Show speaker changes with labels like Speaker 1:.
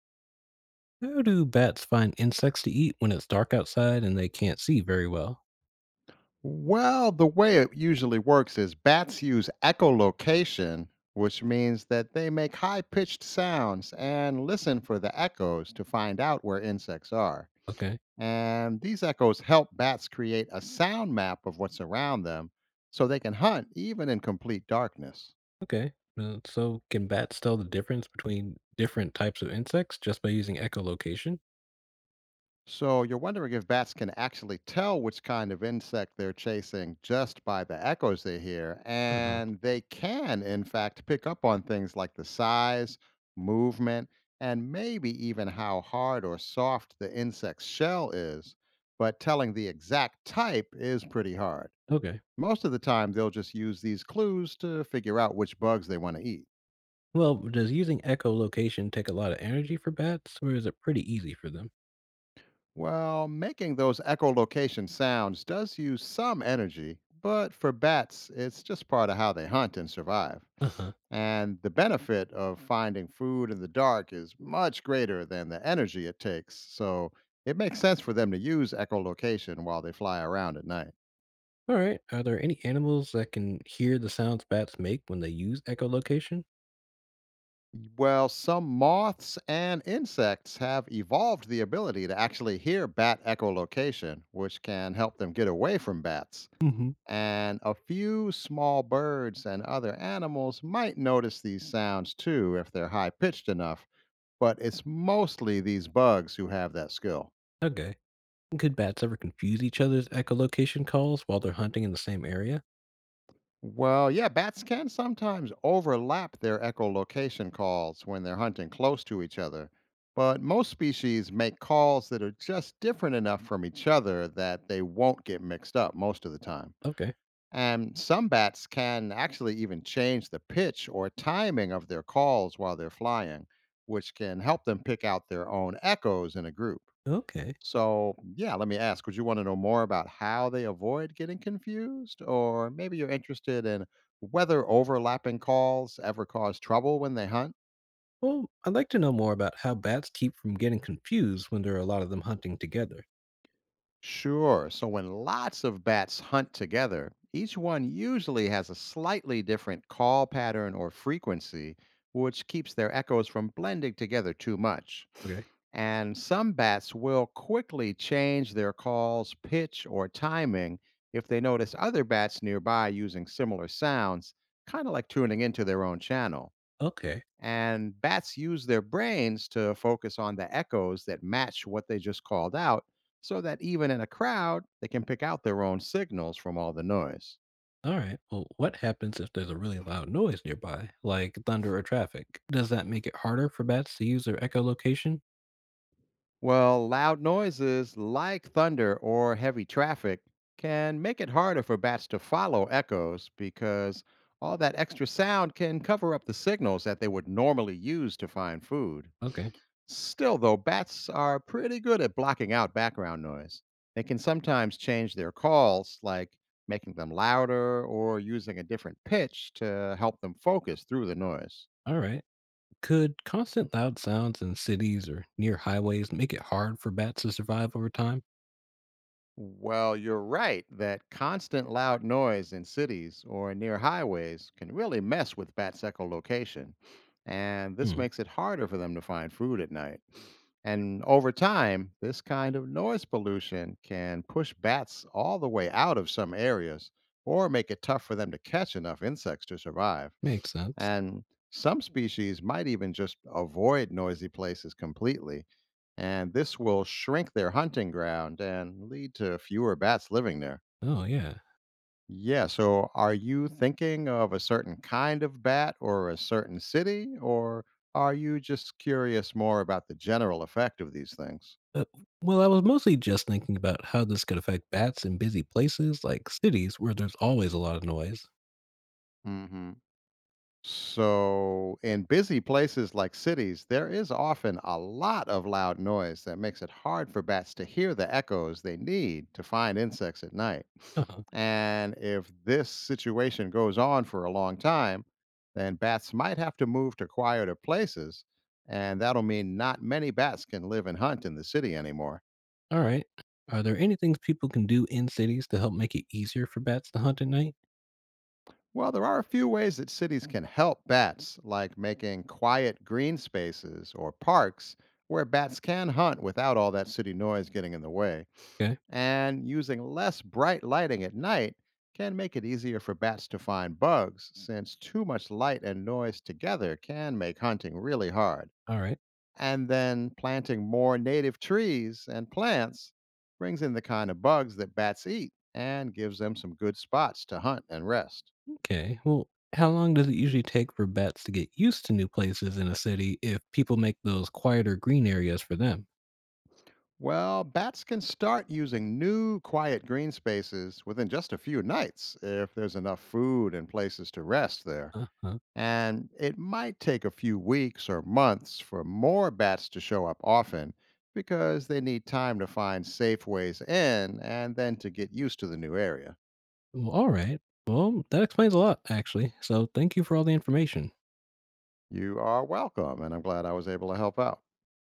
Speaker 1: How do bats find insects to eat when it's dark outside and they can't see very well?
Speaker 2: Well, the way it usually works is bats use echolocation, which means that they make high pitched sounds and listen for the echoes to find out where insects are.
Speaker 1: Okay,
Speaker 2: And these echoes help bats create a sound map of what's around them so they can hunt even in complete darkness.
Speaker 1: okay. Can bats tell the difference between different types of insects just by using echolocation?
Speaker 2: So you're wondering if bats can actually tell which kind of insect they're chasing just by the echoes they hear.
Speaker 1: Uh huh.
Speaker 2: And they can, in fact, pick up on things like the size, movement, and maybe even how hard or soft the insect's shell is. But telling the exact type is pretty hard.
Speaker 1: Okay.
Speaker 2: Most of the time, they'll just use these clues to figure out which bugs they want to eat.
Speaker 1: Well, does using echolocation take a lot of energy for bats, or is it pretty easy for them?
Speaker 2: Well, making those echolocation sounds does use some energy, but for bats, it's just part of how they hunt and survive.
Speaker 1: Uh huh.
Speaker 2: And the benefit of finding food in the dark is much greater than the energy it takes. So it makes sense for them to use echolocation while they fly around at night.
Speaker 1: All right. Are there any animals that can hear the sounds bats make when they use echolocation?
Speaker 2: Well, some moths and insects have evolved the ability to actually hear bat echolocation, which can help them get away from bats.
Speaker 1: Mm hmm.
Speaker 2: And a few small birds and other animals might notice these sounds too if they're high pitched enough, but it's mostly these bugs who have that skill.
Speaker 1: Okay. Could bats ever confuse each other's echolocation calls while they're hunting in the same area?
Speaker 2: Well, yeah, bats can sometimes overlap their echolocation calls when they're hunting close to each other, but most species make calls that are just different enough from each other that they won't get mixed up most of the time.
Speaker 1: Okay.
Speaker 2: And some bats can actually even change the pitch or timing of their calls while they're flying, which can help them pick out their own echoes in a group.
Speaker 1: Okay.
Speaker 2: So, yeah, let me ask, would you want to know more about how they avoid getting confused? Or maybe you're interested in whether overlapping calls ever cause trouble when they hunt?
Speaker 1: Well, I'd like to know more about how bats keep from getting confused when there are a lot of them hunting together.
Speaker 2: Sure. So when lots of bats hunt together, each one usually has a slightly different call pattern or frequency, which keeps their echoes from blending together too much.
Speaker 1: Okay.
Speaker 2: And some bats will quickly change their call's pitch or timing if they notice other bats nearby using similar sounds, kind of like tuning into their own channel.
Speaker 1: Okay.
Speaker 2: And bats use their brains to focus on the echoes that match what they just called out, so that even in a crowd, they can pick out their own signals from all the noise.
Speaker 1: All right. Well, what happens if there's a really loud noise nearby, like thunder or traffic? Does that make it harder for bats to use their echolocation?
Speaker 2: Well, loud noises like thunder or heavy traffic can make it harder for bats to follow echoes because all that extra sound can cover up the signals that they would normally use to find food.
Speaker 1: Okay.
Speaker 2: Still, though, bats are pretty good at blocking out background noise. They can sometimes change their calls, like making them louder or using a different pitch to help them focus through the noise.
Speaker 1: All right. Could constant loud sounds in cities or near highways make it hard for bats to survive over time?
Speaker 2: Well, you're right that constant loud noise in cities or near highways can really mess with bats' echolocation, and this
Speaker 1: Hmm.
Speaker 2: makes it harder for them to find food at night. And over time, this kind of noise pollution can push bats all the way out of some areas or make it tough for them to catch enough insects to survive.
Speaker 1: Makes sense.
Speaker 2: And some species might even just avoid noisy places completely, and this will shrink their hunting ground and lead to fewer bats living there.
Speaker 1: Oh, yeah.
Speaker 2: Yeah, so are you thinking of a certain kind of bat or a certain city, or are you just curious more about the general effect of these things?
Speaker 1: Uh, well, I was mostly just thinking about how this could affect bats in busy places like cities where there's always a lot of noise.
Speaker 2: Hmm. So, in busy places like cities, there is often a lot of loud noise that makes it hard for bats to hear the echoes they need to find insects at night.
Speaker 1: Uh-huh.
Speaker 2: And if this situation goes on for a long time, then bats might have to move to quieter places, and that'll mean not many bats can live and hunt in the city anymore.
Speaker 1: All right. Are there any things people can do in cities to help make it easier for bats to hunt at night?
Speaker 2: Well, there are a few ways that cities can help bats, like making quiet green spaces or parks where bats can hunt without all that city noise getting in the way.
Speaker 1: Okay.
Speaker 2: And using less bright lighting at night can make it easier for bats to find bugs, since too much light and noise together can make hunting really hard.
Speaker 1: All right.
Speaker 2: And then planting more native trees and plants brings in the kind of bugs that bats eat and gives them some good spots to hunt and rest.
Speaker 1: Okay. Well, how long does it usually take for bats to get used to new places in a city if people make those quieter green areas for them?
Speaker 2: Well, bats can start using new quiet green spaces within just a few nights if there's enough food and places to rest there.
Speaker 1: Uh huh.
Speaker 2: And it might take a few weeks or months for more bats to show up often because they need time to find safe ways in and then to get used to the new area.
Speaker 1: Well, all right. Well, that explains a lot, actually. So thank you for all the information.
Speaker 2: You are welcome, and I'm glad I was able to help out.